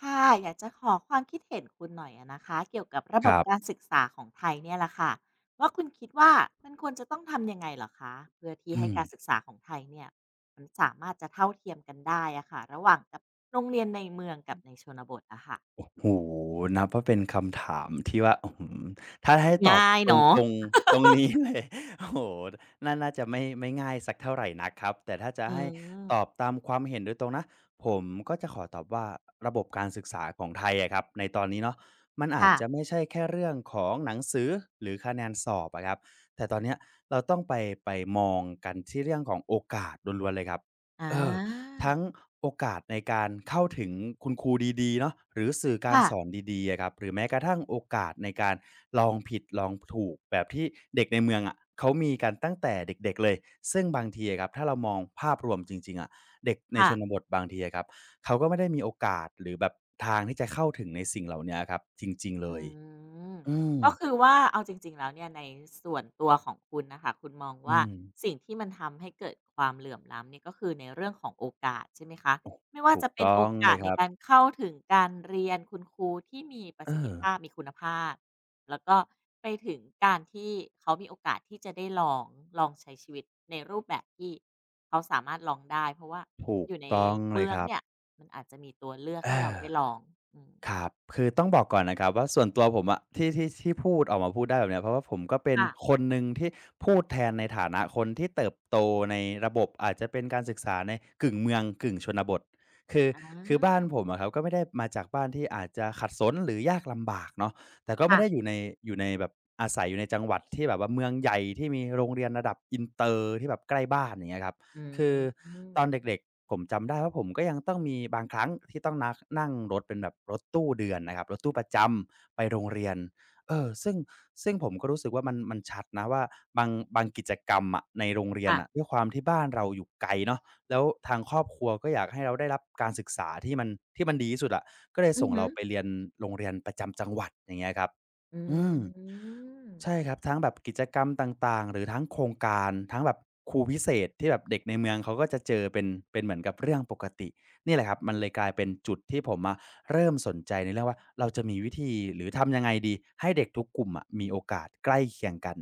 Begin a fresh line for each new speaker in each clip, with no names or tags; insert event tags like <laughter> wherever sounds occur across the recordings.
ค่ะอยากจะขอความคิดเห็นคุณหน่อยอะนะคะเกี่ยวกับระ
ค
บบ
รั
การ
บ
ศึกษาของไทยเนี่ยแหละค่ะว่าคุณคิดว่ามันควรจะต้องทำยังไงเหรอคะเพื่อที่
อื
ให้
ม
การศึกษาของไทยเนี่ยมันสามารถจะเท่าเทียมกันได้อะค่ะระหว่างกับโรงเรียนในเมืองกับในชนบทอะค่ะ
โอ้โฮนับว่าเป็นคำถามที่ว่าอื้อฮือถ้าให้ตอบ
ง่าย
ตร
เนาะ
งๆตรงนี้เลย <laughs> โอ้โฮน่าจะไม่ง่ายสักเท่าไรนักครับ แต่ถ้าจะ
อื
ให้
ม
ตอบตามความเห็นโดยตรงนะ ผมก็จะขอตอบว่าระบบการศึกษาของไทยอะครับในตอนนี้เนาะมันอาจ
ค่ะ
จะไม่ใช่แค่เรื่องของหนังสือหรือคะแนนสอบอะครับแต่ตอนเนี้ยเราต้องไปไปมองกันที่เรื่องของโอกาสล้วนๆเลยครับ
อา
เออ ทั้งโอกาสในการเข้าถึงคุณครูดีๆเนาะหรือสื่อการ
ค่ะ
สอนดีๆอะครับหรือแม้กระทั่งโอกาสในการลองผิดลองถูกแบบที่เด็กในเมืองอะเขามีกันตั้งแต่เด็กๆเลยซึ่งบางทีอะครับถ้าเรามองภาพรวมจริงๆอะเด็กในช
ค่ะ
นบทบางทีอะครับเขาก็ไม่ได้มีโอกาสหรือแบบทางที่จะเข้าถึงในสิ่งเหล่าเนี้ยครับจริงๆเล
อื
ย
ม
อืม
ก็คือว่าเอาจริงๆแล้วเนี่ยในส่วนตัวของคุณนะค่ะคุณมอง
อื
ว่า
ม
สิ่งที่มันทำให้เกิดความเหลื่อมล้ำเนี่ยก็คือในเรื่องของโอกาสใช่ไหมคะไม่ว่า
ถูก
จะเป็น
ต้อ
โอ
งเล
กาส
ยค
ใน
รับ
การเข้าถึงการเรียนคุณครูที่มีประ
เอ
สิทธิ
อ
ภาพมีคุณภาพแล้วก็ไปถึงการที่เขามีโอกาสที่จะได้ลองใช้ชีวิตในรูปแบบที่เขาสามารถลองได้เพราะว่า
ถู
อ
ก
ยู่ใน
ต้องเลย
เมือ
ค
ง
รับ
เนี่ยมันอาจจะมีตัวเลือก
เอ
ให้เรา
อ
ได้ลองอืม
ครับคือต้องบอกก่อนนะครับว่าส่วนตัวผมอะที่พูดออกมาพูดได้แบบเนี้ยเพราะว่าผมก็เป็น
ค่ะ
คนหนึ่งที่พูดแทนในฐานะคนที่เติบโตในระบบอาจจะเป็นการศึกษาในกึ่งเมืองกึ่งชนบทคือ
อ
คือบ้าน
า
ผมอะครับก็ไม่ได้มาจากบ้านที่อาจจะขัดสนหรือยากลำบากเนาะแต่ก็ไม่
ค่ะ
ได้อยู่ในแบบอาศัยอยู่ในจังหวัดที่แบบว่าเมืองใหญ่ที่มีโรงเรียนระดับอินเตอร์ที่แบบใกล้บ้านอย่างเงี้ยครับ
อื
คือตอน
ม
เด็กๆผมจำได้ว่าผมก็ยังต้องมีบางครั้งที่ต้องนักนั่งรถเป็นแบบรถตู้เดือนนะครับรถตู้ประจำไปโรงเรียนเออซึ่งผมก็รู้สึกว่ามันชัดนะว่าบางบางกิจกรรมอะในโรงเรียน
ค่ะ
อ่ะด้วยความที่บ้านเราอยู่ไกลเนาะแล้วทางครอบครัวก็อยากให้เราได้รับการศึกษาที่มันดีที่สุดอะก็เลย
อื
ส่
อ
ง
ฮึ
เราไปเรียนโรงเรียนประจำจังหวัดอย่างเงี้ยครับ
อื
อืม ใช่
ม
ครับทั้งแบบกิจกรรมต่างๆหรือทั้งโครงการทั้งแบบครูพิเศษที่แบบเด็กในเมืองเขาก็จะเจอเป็นเหมือนกับเรื่องปกตินี่แหละครับมันเลยกลายเป็นจุดที่ผมอะเริ่มสนใจในเรื่องว่าเราจะมีวิธีหรือทำยังไงดีให้เด็กทุกกลุ่มอะมีโอกาสใกล้เคียงกัน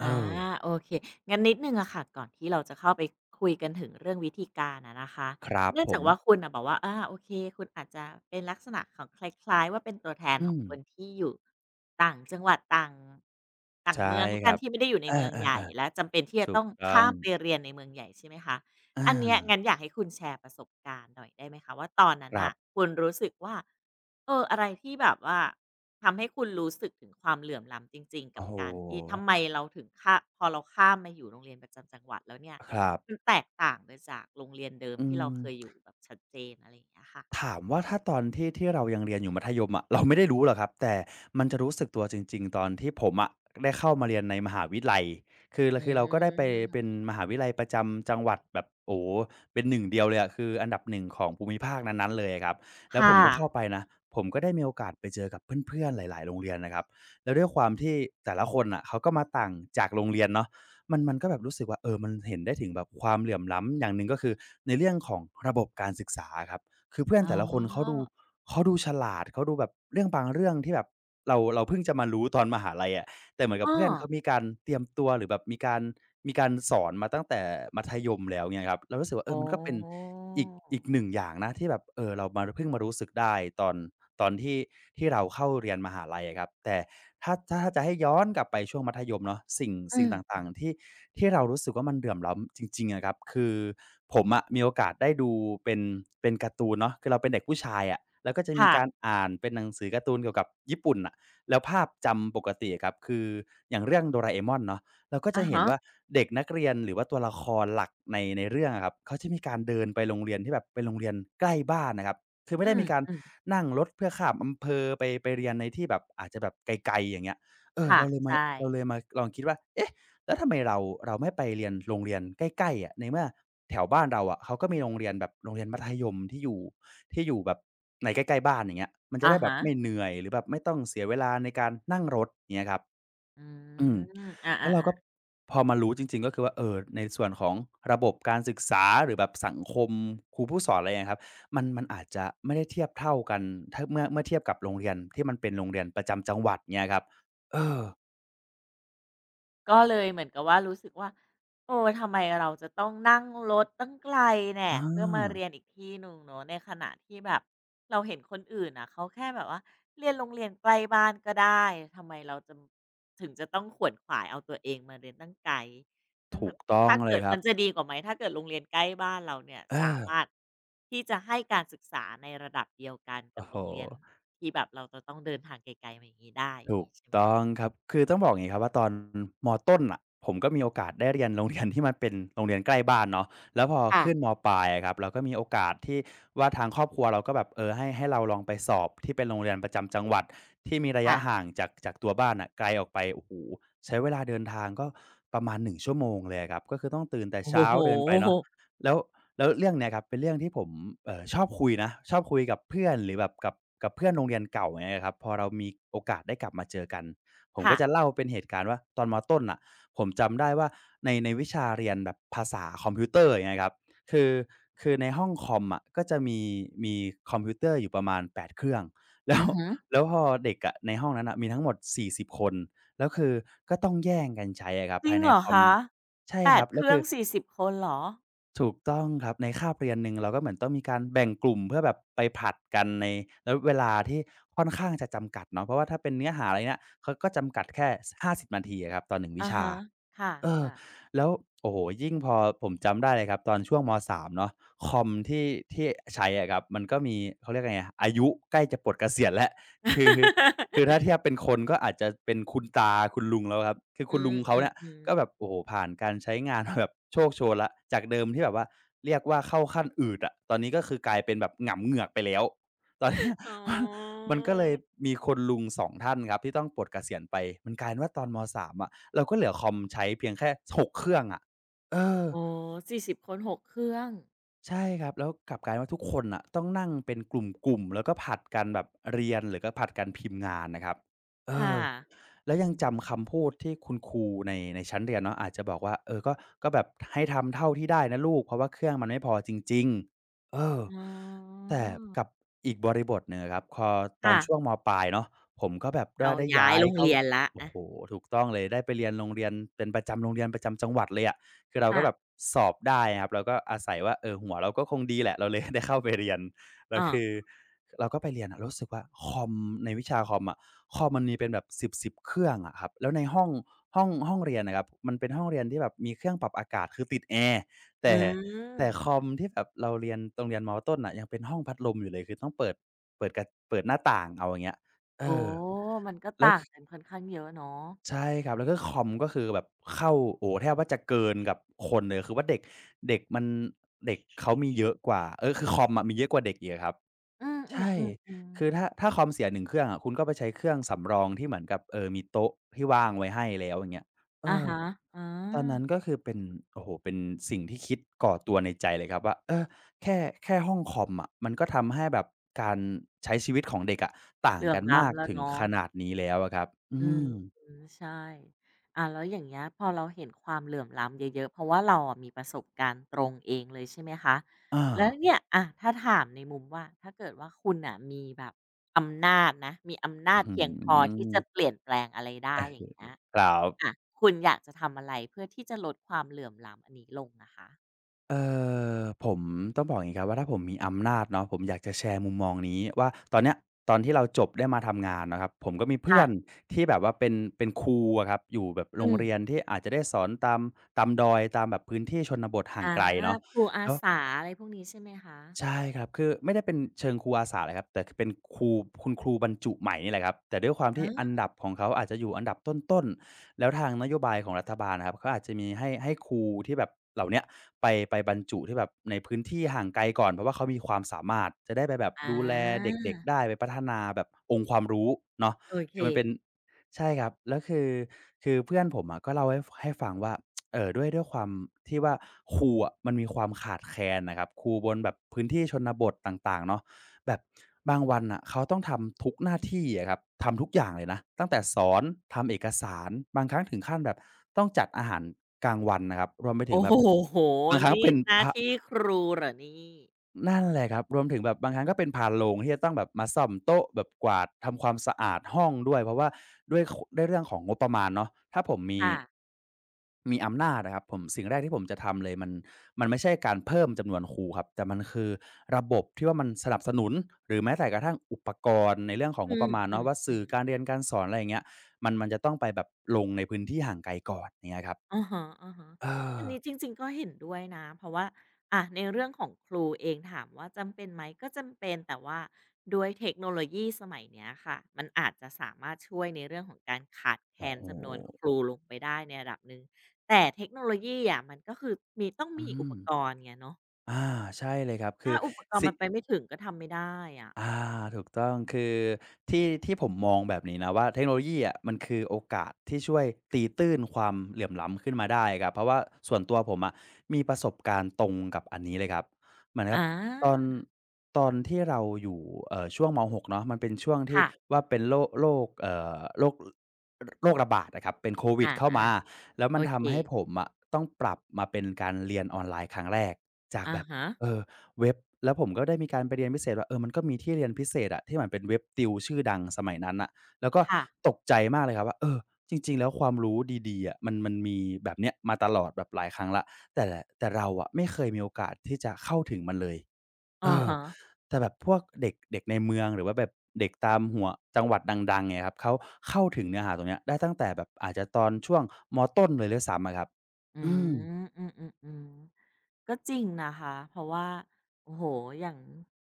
เอ
อา
อ
โอเคงั้นนิดหนึ่งอะค่ะก่อนที่เราจะเข้าไปคุยกันถึงเรื่องวิธีการอะนะคะ
ครับ
เนื่อง
ผ
จา
ม
กว่าคุณนะบอกว่าอาโอเคคุณอาจจะเป็นลักษณะของคล้ายๆว่าเป็นตัวแทน
อื
ของ
ม
คนที่อยู่ต่างจังหวัดต่างต่าง
ใช่
เมืองล้
ค
กั
รั
น
บ
ที่ไม่ได้อยู่ใน
เออ
เมืองใหญ่และ
ๆ
จำเป็นที่
ๆ
จะ
ถูก
ต้อง
ต้อ
ข้า
ง
มไปเรียนในเมืองใหญ่ใช่ไหมคะ
อ
อันเนี้ย
า
งั้นอยากให้คุณแชร์ประสบการณ์หน่อยได้ไหมคะว่าตอนนั้น
ครั
อะ
บ
คุณรู้สึกว่าเอออะไรที่แบบว่า ทำให้คุณรู้สึกถึงความเหลื่อมล้ำจริงๆ
โอ้
กับ
โฮ
การที่ทำไมเราถึงข้าพอเราข้ามมาอยู่โรงเรียนประจำจังหวัดแล้วเนี่ย
ครั
มัน
บ
แตกต่างไปจากโรงเรียนเดิม
อื
ที่เราเคยอ
ม
ยู่แบบชัดเจนอะไรอย่างเงี้ยค่ะ
ถามว่าถ้าตอนที่เรายังเรียนอยู่มัธยมอะเราไม่ได้รู้หรอกครับแต่มันจะรู้สึกตัวจริงๆตอนที่ผมอะได้เข้ามาเรียนในมหาวิทยาลัยคือล
อื
คือเราก็ได้ไปเป็น
ม
มหาวิทยาลัยประจำจังหวัดแบบโอ้โฮเป็นหนึ่งเดียวเลยอะคืออันดับหนึ่งของภูมิภาคนั้นๆเลยอะครับแล้วผ
ค่ะ
มก็เข้าไปนะผมก็ได้มีโอกาสไปเจอกับเพื่อนๆหลายๆโรงเรียนนะครับแล้วด้วยความที่แต่ละคนน่ะเขาก็มาต่างจากโรงเรียนเนาะมันก็แบบรู้สึกว่าเออมันเห็นได้ถึงแบบความเหลื่อมล้ำอย่างหนึ่งก็คือในเรื่องของระบบการศึกษาอะครับ คือเพื่อน
อ๋อ
แต่ละคนเขาดูฉลาดเขาดูแบบเรื่องบางเรื่องที่แบบเราเพิ่งจะมารู้ตอนมหาลัยอะแต่เหมือนกับ
อ้อ
เพื่อนเขามีการเตรียมตัวหรือแบบมีการสอนมาตั้งแต่มัธยมแล้วเงี้ยครับเรารู้สึกว่าเออ
โอ้
มันก็เป็นอีกหนึ่งอย่างนะที่แบบเออเรามาเพิ่งมารู้สึกได้ตอน ตอนที่เราเข้าเรียนมหาลัยอะครับแต่ถ้าจะให้ย้อนกลับไปช่วงมัธยมเนาะสิ่งสิ่
อื
งต่าง
ม
ๆที่เรารู้สึกว่ามันเดือมล้ำจริงๆอะครับคือผมอะมีโอกาสได้ดูเป็นเป็นการ์ตูนเนาะคือเราเป็นเด็กผู้ชายอะแล้วก็จะมี
ค่ะ
การอ่านเป็นหนังสือการ์ตูนเกี่ยวกับญี่ปุ่นอะแล้วภาพจำปกติอะครับคืออย่างเรื่องโดราเอมอนเนาะเราก็จะ
อะ
เห็น
ฮะ
ว่าเด็กนักเรียนหรือว่าตัวละครหลักในเรื่องอะครับเขาจะมีการเดินไปโรงเรียนที่แบบเป็นโรงเรียนใกล้บ้านนะครับ คือ
อื
ไม่ได้
ม
มีการนั่งรถเพื่อข้ามอำเภอไปเรียนในที่แบบอาจจะแบบไกลๆอย่างเงี้ยเอ
ๆ
อ
ค่ะ
เราเลยมา
ใช่
เราเลยมาลองคิดว่าเอ๊ะแล้วทำไมเราไม่ไปเรียนโรงเรียนใกล้ๆอะในเมื่อแถวบ้านเราอะเขาก็มีโรงเรียนแบบโรงเรียนมัธยมที่อยู่แบบในใกล้ๆบ้านอย่างเงี้ยมันจะ
อะ
ได้แบบ
ฮะ
ไม่เหนื่อยหรือแบบไม่ต้องเสียเวลาในการนั่งรถเงี้ยครับ
อื
อืม
มอา
แล้วเราก็
ๆ
พอมารู้จริงๆก็คือว่าในส่วนของระบบการศึกษาหรือแบบสังคมครูผู้สอนอะไรเงี้ยครับมันอาจจะไม่ได้เทียบเท่ากันถ้าเมื่อเทียบกับโรงเรียนที่มันเป็นโรงเรียนประจำจังหวัดเงี้ยครับเออ
ก็เลยเหมือนกับว่ารู้สึกว่าโอ้ทำไมเราจะต้องนั่งรถตั้งไกลแน่
อา
เพื่อมาเรียนอีกที่หนึ่งเนอะในขณะที่แบบเราเห็นคนอื่นน่ะเขาแค่แบบว่าเรียนโรงเรียนใกล้บ้านก็ได้ทำไมเราจะถึงจะต้องขวนขวายเอาตัวเองมาเรียนตั้งไกลทั้ง
ถู
นั้
ก
น
ต้อง
ถ้า
เลย
เกิด
ครั
มั
บ
นจะดีกว่าไหมถ้าเกิดโรงเรียนใกล้บ้านเราเนี่ย
เอ
สา
อ
มารถที่จะให้การศึกษาในระดับเดียวกันกั
โอ้
บ
โฮ
โรงเรียนที่แบบเราจะต้องเดินทางไกลๆมาอย่างนี้ได้อย่า
ถู
ง
ก
นี้ใช่ไหม
ต้องครับคือต้องบอกอย่างงี้ครับว่าตอนมต้นน่ะผมก็มีโอกาสได้เรียนโรงเรียนที่มันเป็นโรงเรียนใกล้บ้านเนาะแล้วพอ
ค่ะ
ขึ้นมปลายอะครับเราก็มีโอกาสที่ว่าทางครอบครัวเราก็แบบเออให้เราลองไปสอบที่เป็นโรงเรียนประจำจังหวัดที่มีระยะ
ค่ะ
ห่างจากตัวบ้านน่ะไกลออกไปโอ้โฮใช้เวลาเดินทางก็ประมาณ1ชั่วโมงเลยอะครับก็คือต้องตื่นแต่เช้า
โอ้โห
เดินไปเนาะแล้ว แล้วเรื่องเนี้ยครับเป็นเรื่องที่ผมชอบคุยนะชอบคุยกับเพื่อนหรือแบบกับเพื่อนโรงเรียนเก่าอย่างเงี้ยครับพอเรามีโอกาสได้กลับมาเจอกันผมก็
ค่ะ
จะเล่าเป็นเหตุการณ์ว่าตอนมต้นน่ะผมจำได้ว่าในวิชาเรียนแบบภาษาคอมพิวเตอร์อย่างเงี้ยครับคือคือในห้องคอมอะก็จะมีคอมพิวเตอร์อยู่ประมาณ8 เครื่อง <laughs> แล้
อื
ว
อฮึ
แล้วพอเด็กอะในห้องนั้นน่ะมีทั้งหมด40 คนแล้วคือก็ต้องแย่งกันใช้อะครับ
จริ
ภา
ง
ยใน
เหรอ
คอม
คะ
ใช่ครั
8
บ
เค
แล้ว
รื่อ
คื
ง
อ
40คนเหรอ
ถูกต้องครับในคาบเรียนหนึ่งเราก็เหมือนต้องมีการแบ่งกลุ่มเพื่อแบบไปผลัดกันในแล้วเวลาที่ค่อนข้างจะจำกัดเนาะเพราะว่าถ้าเป็นเนื้อหาอะไรเนี่ยเขาก็จำกัดแค่50นาทีอะครับต่อหนึ่งวิ
อะ
ชา
ฮะค่ะ
เออ
ค่ะ
แล้วโอ้โฮยิ่งพอผมจำได้เลยครับตอนช่วงม3เนาะคอมที่ใช้อะครับมันก็มีเขาเรียกไงอะอายุใกล้จะปลดเกษียณแล้ว <laughs> คือคือถ้า
<laughs>
เทียบเป็นคนก็อาจจะเป็นคุณตาคุณลุงแล้วครับคือ
อื
คุณลุงเขาเนี่ย
ม
ก็แบบ
ๆ
โอ้โฮผ่านการใช้งาน <laughs> มาแบบโชคโชนแล้วจากเดิมที่แบบว่าเรียกว่าเข้าขั้นอืดอะตอนนี้ก็คือกลายเป็นแบบหงำเหงือกไปแล้วตอนเนี้ย <laughs>
ๆอ๋อ
มันก็เลย
ม
มีคุณลุง2 ท่านครับที่ต้องปลดเกษียณไปมันกลายเป็นว่าตอนม3อะ เราก็เหลือคอมใช้เพียงแค่6 เครื่องอะ่ะเออ
อ๋อโอ้สี่สิบคนหกเครื่อง
ใช่ครับแล้วกลับกลายว่าทุกคนน่ะต้องนั่งเป็นกลุ่มๆแล้วก็ผลัดกันแบบเรียนหรือก็ผลัดกันพิมพ์งานนะครับเอ
ค่ะ
อแล้ว
อื
ยังจำ
ม
คำพูดที่คุณครูในชั้นเรียนเนาะอาจจะบอกว่าเออก็แบบให้ทำเท่าที่ได้นะลูกเพราะว่าเครื่องมันไม่พอจริงๆเออ
อ๋อ
แต่กับอีกบริบทหนึ่งอะครับพอตอนช่วง
ค่ะ
มปลายเนาะผมก็แบบว่า
เรา
ได้
ย้า
ย้า
ย
ย
โรง
เข้า
เรียนแล้ว
โอ้
อะ
โฮถูกต้องเลยได้ไปเรียนโรงเรียนเป็นประจำโรงเรียนประจำจังหวัดเลยอะ คือเราก็
ค่ะ
แบบสอบได้นะครับเราก็อาศัยว่าเออหัวเราก็คงดีแหละเราเลย <laughs> ได้เข้าไปเรียนแล้ว
อา
คือเราก็ไปเรียนอะเรารู้สึกว่าคอมในวิชาคอมอะคอมมันมีเป็นแบบ10เครื่องอะครับแล้วในห้องห้องเรียนอะครับมันเป็นห้องเรียนที่แบบมีเครื่องปรับอากาศคือติดแอร์
อื
แต่แต่คอ
ม
มที่แบบเราเรียนตรงเรียนมต้นน่ะยังเป็นห้องพัดลมอยู่เลยคือต้องเปิดเปิดกระเปิดหน้าต่างเอาอย่างเงี้ยเอ
โอ้
อ
มันก็
แล้ว
ต่าง
คือ
กันค่อนข้างเยอะเนาะ
ใช่ครับแล้วก็คอมก็คือแบบเข้าโอ้โฮแทบว่าจะเกินกับคนเลยคือว่าเด็กเด็กมันเด็กเขามีเยอะกว่าเออคือคอมอะมีเยอะกว่าเด็กอีกอะครับ
อืมอื
ใช่
ๆอมอืม
คือถ้าคอมเสียหนึ่งเครื่องอะคุณก็ไปใช้เครื่องสำรองที่เหมือนกับมีโต๊ะที่ว่างไว้ให้แล้วอย่างเงี้ยเอ
อ่ะ
อ
ฮะอา
ตอนนั้นก็คือเป็นโอ้โฮเป็นสิ่งที่คิดก่อตัวในใจเลยครับว่าเออแค่แค่ห้องคอมอะมันก็ทำให้แบบการใช้ชีวิตของเด็กอะต่า
เห
ง
ลื่อ
กั
ม
นมาก
ล้ำแล้ว
ถึง
เนาะ
ขนาดนี้แล้วอะครับอื
อืม
ม
อืมใช่อ่าแล้วอย่างเงี้ยพอเราเห็นความเหลื่อมล้ำเยอะๆเพราะว่าเราอะมีประสบการณ์ตรงเองเลยใช่ไหมคะ
อา
แล้วเนี่ยอาถ้าถามในมุมว่าถ้าเกิดว่าคุณน่ะมีแบบอำนาจนะมีอำนา
อื้อ
จ
ฮื
เพียงพอที่
อ
จะเปลี่ยนแปลงอะไรได้อย่างเงี้ย
ครั
อา
บ
คุณอยากจะทำอะไรเพื่อที่จะลดความเหลื่อมล้ำอันนี้ลงอะคะ
เอ่ผมต้องบอกอย่างงี้ครับว่าถ้าผมมีอำนาจเนาะผมอยากจะแชร์มุมมองนี้ว่าตอนเนี้ยตอนที่เราจบได้มาทำงานนะครับผมก็มีเพื่อ
ค่ะ
นที่แบบว่าเป็นครูอะครับอยู่แบบโร
อื
ง
ม
เรียนที่อาจจะได้สอนตามตามดอยตามแบบพื้นที่ชนบทห่าง
อา
ไกลเนาะ
ครูอา
แล้ว
สาอะไรพวกนี้ใช่ไหมคะ
ใช่ครับคือไม่ได้เป็นเชิงครูอาสาเลยครับแต่คือเป็นครูคุณครูบรรจุใหม่นี่แหละครับแต่ด้วยความที่อัน
อา
ดับของเขาอาจจะอยู่อันดับต้นๆแล้วทางนโยบายของรัฐบาลนะครับเขาอาจจะมีให้ครูที่แบบเหล่าเนี้ยไปบรรจุที่แบบในพื้นที่ห่างไกลก่อนเพราะว่าเขามีความสามารถจะได้ไปแบบ
อ
ดูแลเ
า
ด็กๆได้ไปพัฒนาแบบองค์ความรู้เนาะ
โอเค
คือมันเป็นใช่ครับแล้วคือคือเพื่อนผมอะก็เล่าให้ฟังว่า ด้วยความที่ว่าครูอะมันมีความขาดแคลนน่ะครับครูบนแบบพื้นที่ชนบทต่างๆเนาะแบบบางวันน่ะเขาต้องทำทุกหน้าที่อะครับทำทุกอย่างเลยนะตั้งแต่สอนทำเอกสารบางครั้งถึงขั้นแบบต้องจัดอาหารกลางวันนะครับรวมไปถึง
โอ้
แบ
โ
บ
ฮ
บางครั้ง
นี่
เป็น
หน้า
พะ
ที่ครูเหรอนี่
นั่นแหละครับรวมถึงแบบบางครั้งก็เป็นพานโรงที่จะต้องแบบมาซ่อมโต๊ะแบบกวาดทำความสะอาดห้องด้วยเพราะว่าด้วยเรื่องของงบประมาณเนาะถ้าผมมี
ค่ะ
มีอำนาจอะครับผมสิ่งแรกที่ผมจะทำเลยมันไม่ใช่การเพิ่มจำนวนครูครับแต่มันคือระบบที่ว่ามันสนับสนุนหรือแม้แต่กระทั่งอุปกรณ์ในเรื่องของง
อื
บประมาณเนาะว่าสื่อ
มๆ
การ
ๆ
เรียนการสอนอะไรอย่างเงี้ยมันจะต้องไปแบบลงในพื้นที่ห่างไกลก่อนอย่างเงี้ยครับ
อะฮะ
เอ
ๆอั
อ
นนี้จริงๆก็เห็นด้วยนะเพราะว่าอะในเรื่องของครูเองถามว่าจำเป็นไหมก็จำเป็นแต่ว่าด้วยเทคโนโลยีสมัยเนี้ยค่ะมันอาจจะสามารถช่วยในเรื่องของการขาดแคล
โอ้
น
โฮ
จำนวนครูลงไปได้ในระดับหนึ่งแต่เทคโนโลยีอะมันก็คือมีต้อง
อื
มีอุ
ม
ปกรณ์ไงเนาะ
อาใช่เลยครับคือ
ถ้าอุปกรณ์
สิ
มันไปไม่ถึงก็ทำไม่ได้อะ
อาถูกต้องคือที่ผมมองแบบนี้นะว่าเทคโนโลยีอะมันคือโอกาสที่ช่วยตีตื้นความเหลื่อมล้ำขึ้นมาได้ครับเพราะว่าส่วนตัวผมอะมีประสบการณ์ตรงกับอันนี้เลยครับเหมือนกับ
อา
ตอนตอนที่เราอยู่ช่วงมหกเนาะมันเป็นช่วงที่
ค่ะ
ว่าเป็นโรคโรคระบาดอะครับเป็นโควิด
อา
เข้ามาแล้ว
ๆ
มั
โอ
น
เค
ทำให้ผมอะต้องปรับมาเป็นการเรียนออนไลน์ครั้งแรกจากแบ
อะ
บ
ฮะ
เออ เว็บแล้วผมก็ได้มีการไปเรียนพิเศษว่าเออมันก็มีที่เรียนพิเศษอะที่เหมือนเป็นเว็บติวชื่อดังสมัยนั้นน่ะแล้วก็
ค่ะ
ตกใจมากเลยครับว่าเออจริงๆแล้วความรู้ดีๆอะมันมีแบบเนี้ยมาตลอดแบบหลายครั้งแล้วแต่แต่เราอะไม่เคยมีโอกาสที่จะเข้าถึงมันเลยเอ
อะ
อ
ฮะ
แต่แบบพวกเด็กเด็กในเมืองหรือว่าแบบเด็กตามหัวจังหวัดดังๆเนี่ยครับเขาเข้าถึงเนื้อหาตรงเนี้ยได้ตั้งแต่แบบอาจจะตอนช่วงมต้นเลยด้วยซ้ำอะครับ
อื
อืม
มอืมๆๆก็จริงนะคะ เพราะว่าโอ้โฮอย่าง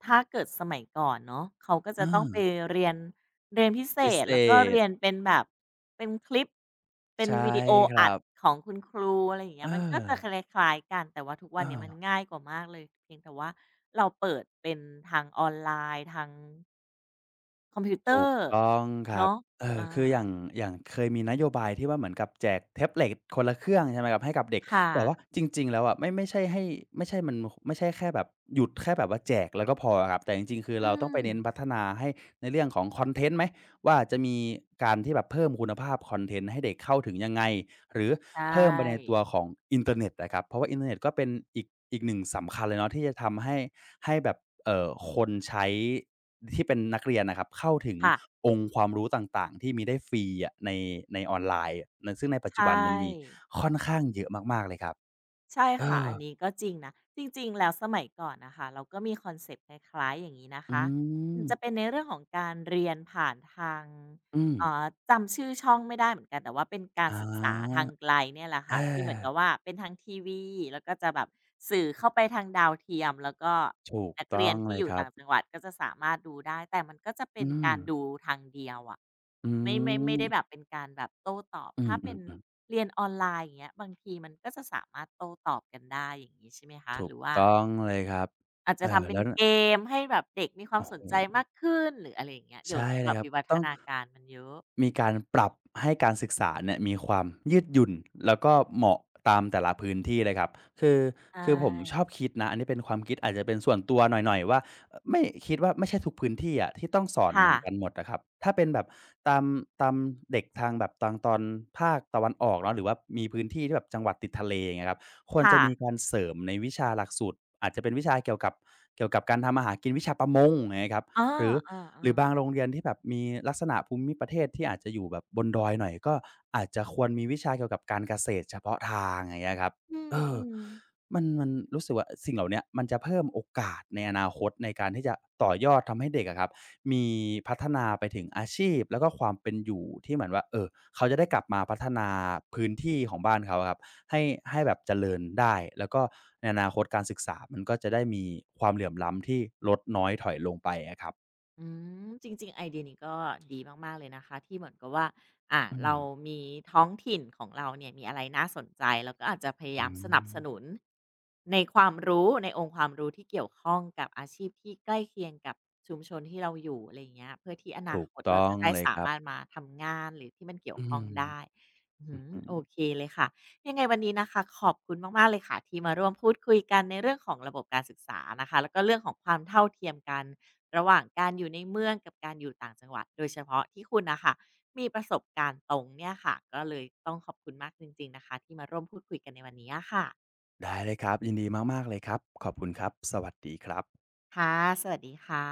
ถ้าเกิดสมัยก่อนเนาะเขาก็
อ
จะต้องไป
า
เรียน เรียนพิเศ
พิ
ษ
เศ
แล้วก็เรียน
ษ
เป็นแบบเป็นคลิป เป็น
ใช่
วิดีโอ
ครั
อัด
บ
ของคุณครูอะไรอย่าง
เอ
เงี้ยมันก็จะค
อ
ล้ายๆกันแต่ว่าทุกวัน
อา
เนี้ยมันง่ายกว่ามากเลยเพียงแต่ว่าเราเปิดเป็นทางออนไลน์ทางคอมพิวเตอ
ถูก
ร์
ต้องครับ
เนาะ
เออ
อา
คืออย่างอย่างเคยมีนโยบายที่ว่าเหมือนกับแจกแท็บเล็ตคนละเครื่องใช่ไหมครับให้กับเด็ก
ค่ะ
แต่ว่าจริงๆแล้วอะไม่ไม่ใช่ให้ไม่ใช่มันไม่ใช่แค่แบบหยุดแค่แบบว่าแจกแล้วก็พออะครับแต่จริงๆคือ
อื
เราต้องไป
ม
เน้นพัฒนาให้ในเรื่องของคอนเทนต์ไหมว่าจะมีการที่แบบเพิ่มคุณภาพคอนเทนต์ให้เด็กเข้าถึงยังไง หรือ
ใช่
เพิ่มไปในตัวของอินเทอร์เน็ตนะครับเพราะว่าอินเทอร์เน็ตก็เป็นอีกหนึ่งสำคัญเลยเนาะที่จะทำให้ให้แบบคนใช้ที่เป็นนักเรียนน่ะครับเข้าถึง
ค่ะ
องค์ความรู้ต่างๆที่มีได้ฟรีอะในในออนไลน์อะในซึ่งในปัจจุ
ใช่
บันมันมีค่อนข้างเยอะมากๆเลยครับ
ใช่
เอ
ค่ะ
อ
อันนี้ก็จริงนะจริงๆแล้วสมัยก่อนน่ะค่ะเราก็มีคอนเซปต์คล้ายๆอย่างงี้นะ
อื
คะ
ม
มันจะเป็นในเรื่องของการเรียนผ่านทาง
อืม
อ๋อจำชื่อช่องไม่ได้เหมือนกันแต่ว่าเป็นกา
อ๋
รศึกษา
อ
ทางไกลเนี่ยแหละ
เอา
ค่ะที่เหมือนกับว่าเป็นทางทีวีแล้วก็จะแบบสื่อเข้าไปทางดาวเทียมแล้วก็
ถูก
นัก
ต้
เรี
อ
ย
ง
น
เล
ที่
ย
อ
ค
ยู่
รับ
ต่างจังหวัดก็จะสามารถดูได้แต่มันก็จะเป็
อื
น
ม
การดูทางเดียวอะ
อื
ไม่
ม
ได้แบบเป็นการแบบโต้ตอบ
อื
ถ้าเป็น
อๆ
เรียนออนไลน์อย่างเงี้ยบางทีมันก็จะสามารถโต้ตอบกันได้อย่างงี้ใช่ไหม
ๆ
คะ
ถู
ห
ก
รือว่า
ต้องเลยครับ
อาจ
เอ
จะ
อ
ทำเป็
แล้
น
วน
เกมให้แบบเด็กมีความ
โอ้
สนใจ
โฮ
มากขึ้นหรืออะไรอย่างเงี้ยเดี๋
ใช่
ยวนี้
เล
แบ
ย
บ
ครับ
วิวัฒ
ต้อง
นาการมันเยอะ
มีการปรับให้การศึกษาเนี่ยมีความยืดหยุ่นแล้วก็เหมาะตามแต่ละพื้นที่เลยครับคือ
ใช
คือผมชอบ
่
คิดนะอันนี้เป็นความคิดอาจจะเป็นส่วนตัวหน่อยๆว่าไม่คิดว่าไม่ใช่ทุกพื้นที่อะที่ต้องสอนเหมื
ค่ะ
อนกันหมดอะครับถ้าเป็นแบบตามตามเด็กทางแบบทางตอนภาคตะวันออกเนาะหรือว่ามีพื้นที่ที่แบบจังหวัดติดทะเลอย่างเงี้ยครับควรจะ
ค่ะ
มีการเสริมในวิชาหลักสูตรอาจจะเป็นวิชาเกี่ยวกับเกี่ยวกับการทำมาหากินวิชาประมงอย่างเงี้ยครับ
อ้อ
หรือ
เออ
หรือบางโร
ๆ
งเรียนที่แบบมีลักษณะภูมิประเทศที่อาจจะอยู่แบบบนดอยหน่อยก็อาจจะควรมีวิชาเกี่ยวกับการเกษตรเฉพาะทางอย่างเงี้ยครับ
อืม
เออ
อืม
มันรู้สึกว่าสิ่งเหล่าเนี้ยมันจะเพิ่มโอกาสในอนาคตในการที่จะต่อยอดทำให้เด็กอะครับมีพัฒนาไปถึงอาชีพแล้วก็ความเป็นอยู่ที่เหมือนว่าเขาจะได้กลับมาพัฒนาพื้นที่ของบ้านเขาอะครับให้ให้แบบเจริญได้แล้วก็ในอนาคตการศึกษามันก็จะได้มีความเหลื่อมล้ำที่ลดน้อยถอยลงไปอะครับ
อืมจริงๆไอเดียนี้ก็ดีมากๆเลยนะคะที่เหมือนกับว่า
อืม
เรามีท้องถิ่นของเราเนี่ยมีอะไรน่าสนใจเราก็อาจจะพยา
อื
ยามสนับสนุ
ม
นในความรู้ในองค์ความรู้ที่เกี่ยวข้องกับอาชีพที่ใกล้เคียงกับชุมชนที่เราอยู่อะไรอย่างเงี้ยเพื่อที่อนา
ถูก
คตเรา
ต้อง
จะได้
เลย
สา
ครับ
มารถมาทำงานหรือที่มันเกี่ย
อื
วข้
ม
องได้อื้
อื้อฮือ
โอเคเลยค่ะยังไงวันนี้นะคะขอบคุณมากๆเลยค่ะที่มาร่วมพูดคุยกันในเรื่องของระบบการศึกษานะคะแล้วก็เรื่องของความเท่าเทียมกัน ระหว่างการอยู่ในเมืองกับการอยู่ต่างจังหวัดโดยเฉพาะที่คุณนะคะมีประสบการณ์ตรงเนี่ยค่ะก็เลยต้องขอบคุณมากจริงๆนะคะที่มาร่วมพูดคุยกันในวันนี้อะค่ะ
ได้เลยครับยินดีมากๆเลยครับขอบคุณครับสวัสดีครับ
ค่ะสวัสดีค่ะ